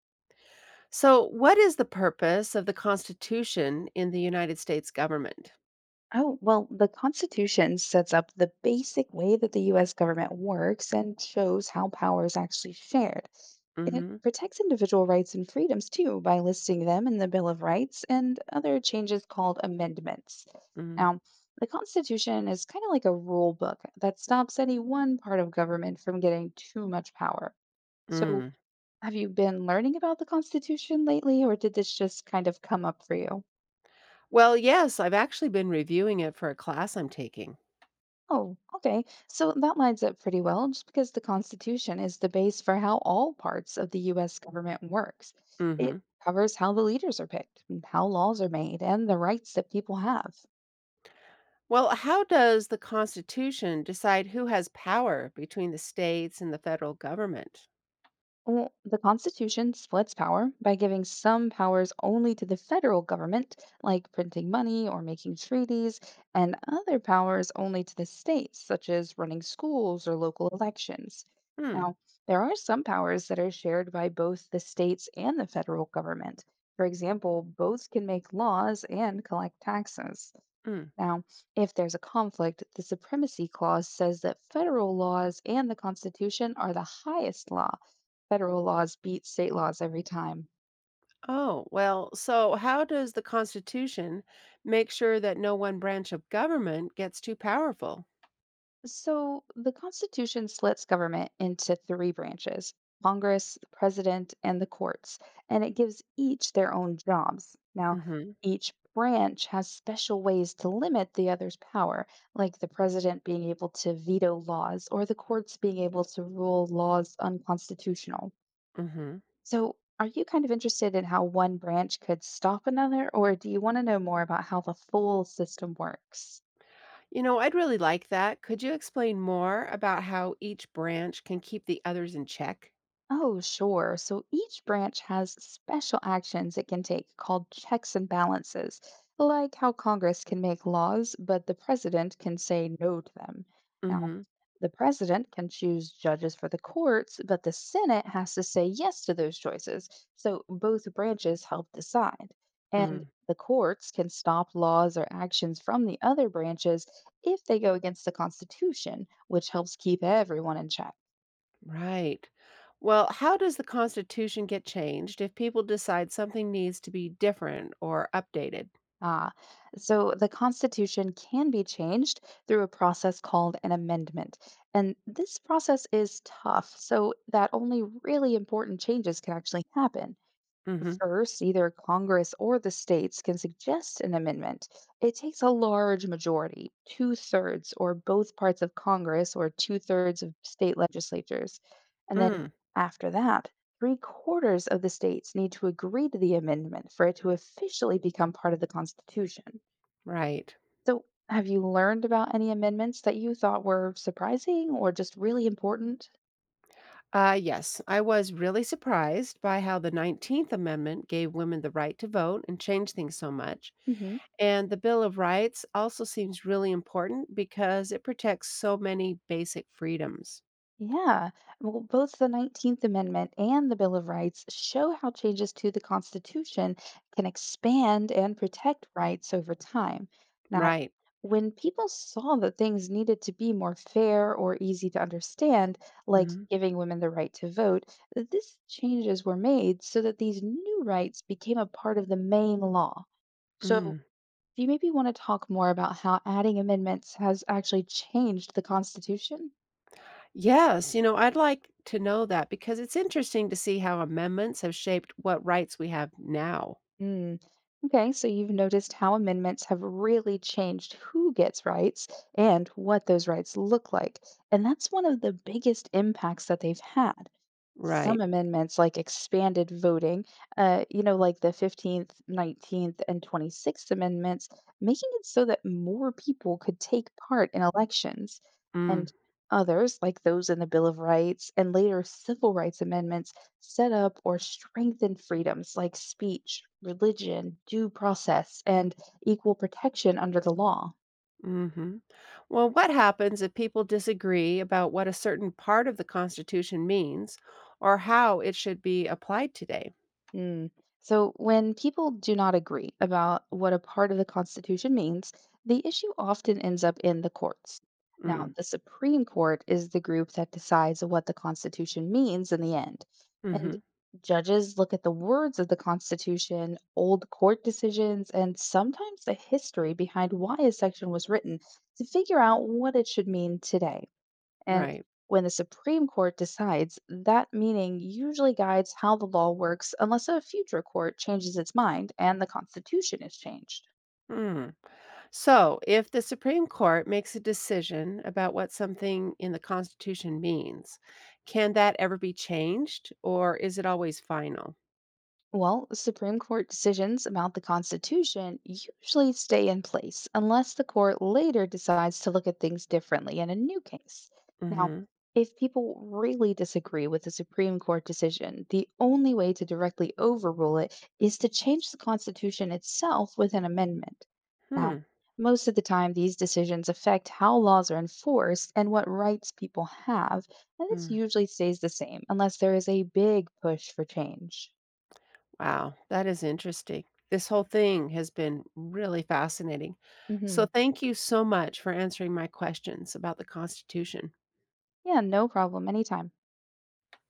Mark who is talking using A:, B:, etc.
A: So, what is the purpose of the Constitution in the United States government?
B: Oh, well, the Constitution sets up the basic way that the US government works and shows how power is actually shared. It
A: Hmm.
B: protects individual rights and freedoms too by listing them in the Bill of Rights and other changes called amendments.
A: Mm.
B: Now, the Constitution is kind of like a rule book that stops any one part of government from getting too much power. So,
A: Mm.
B: have you been learning about the Constitution lately, or did this just kind of come up for you?
A: Well, yes, I've actually been reviewing it for a class I'm taking.
B: Oh, okay. So that lines up pretty well, just because the Constitution is the base for how all parts of the US government works. It
A: Hmm.
B: covers how the leaders are picked, and how laws are made, and the rights that people have.
A: Well, how does the Constitution decide who has power between the states and the federal government?
B: Well, the Constitution splits power by giving some powers only to the federal government, like printing money or making treaties, and other powers only to the states, such as running schools or local elections.
A: Hmm.
B: Now, there are some powers that are shared by both the states and the federal government. For example, both can make laws and collect taxes.
A: Mm.
B: Now, if there's a conflict, the Supremacy Clause says that federal laws and the Constitution are the highest law. Federal laws beat state laws every time.
A: Oh, well, so how does the Constitution make sure that no one branch of government gets too powerful?
B: So the Constitution splits government into three branches: Congress, the President, and the courts, and it gives each their own jobs. Now,
A: Hmm.
B: each branch has special ways to limit the other's power, like the President being able to veto laws or the courts being able to rule laws unconstitutional.
A: Hmm.
B: So, are you kind of interested in how one branch could stop another, or do you want to know more about how the full system works?
A: You know, I'd really like that. Could you explain more about how each branch can keep the others in check?
B: Oh, sure. So each branch has special actions it can take called checks and balances, like how Congress can make laws, but the president can say no to them. Now,
A: Mm-hmm.
B: the president can choose judges for the courts, but the Senate has to say yes to those choices. So both branches help decide. And
A: Mm.
B: the courts can stop laws or actions from the other branches if they go against the Constitution, which helps keep everyone in check.
A: Right. Well, how does the Constitution get changed if people decide something needs to be different or updated?
B: Ah, so the Constitution can be changed through a process called an amendment. And this process is tough, so that only really important changes can actually happen.
A: Mm-hmm.
B: First, either Congress or the states can suggest an amendment. It takes a large majority, two thirds, or both parts of Congress, or two-thirds of state legislatures. And then
A: Mm.
B: after that, three-quarters of the states need to agree to the amendment for it to officially become part of the Constitution.
A: Right.
B: So, have you learned about any amendments that you thought were surprising or just really important?
A: Yes, I was really surprised by how the 19th Amendment gave women the right to vote and changed things so much. And the Bill of Rights also seems really important because it protects so many basic freedoms.
B: Yeah, well, both the 19th Amendment and the Bill of Rights show how changes to the Constitution can expand and protect rights over time. Now,
A: Right.
B: when people saw that things needed to be more fair or easy to understand, like
A: Mhm.
B: giving women the right to vote, these changes were made so that these new rights became a part of the main law. So,
A: Mm.
B: do you maybe want to talk more about how adding amendments has actually changed the Constitution?
A: Yes, you know, I'd like to know that because it's interesting to see how amendments have shaped what rights we have now.
B: Mm. Okay, so you've noticed how amendments have really changed who gets rights and what those rights look like. And that's one of the biggest impacts that they've had. Some
A: Right.
B: amendments like expanded voting, like the 15th, 19th, and 26th amendments, making it so that more people could take part in elections,
A: Mm.
B: and others like those in the Bill of Rights and later civil rights amendments set up or strengthened freedoms like speech, religion, due process, and equal protection under the law.
A: Mhm. Well, what happens if people disagree about what a certain part of the Constitution means or how it should be applied today?
B: Mm. So, when people do not agree about what a part of the Constitution means, the issue often ends up in the courts. Now,
A: Mm.
B: the Supreme Court is the group that decides what the Constitution means in the end. And
A: Mhm.
B: judges look at the words of the Constitution, old court decisions, and sometimes the history behind why a section was written to figure out what it should mean today. And
A: Right.
B: when the Supreme Court decides, that meaning usually guides how the law works unless a future court changes its mind and the Constitution is changed.
A: Mm. So, if the Supreme Court makes a decision about what something in the Constitution means, can that ever be changed or is it always final?
B: Well, Supreme Court decisions about the Constitution usually stay in place unless the court later decides to look at things differently in a new case. Now,
A: Hmm.
B: if people really disagree with the Supreme Court decision, the only way to directly overrule it is to change the Constitution itself with an amendment.
A: Hmm.
B: Now, most of the time, these decisions affect how laws are enforced and what rights people have, and this
A: Mm.
B: usually stays the same unless there is a big push for change.
A: Wow, that is interesting. This whole thing has been really fascinating. So,
B: Mhm.
A: thank you so much for answering my questions about the Constitution.
B: Yeah, no problem. Anytime.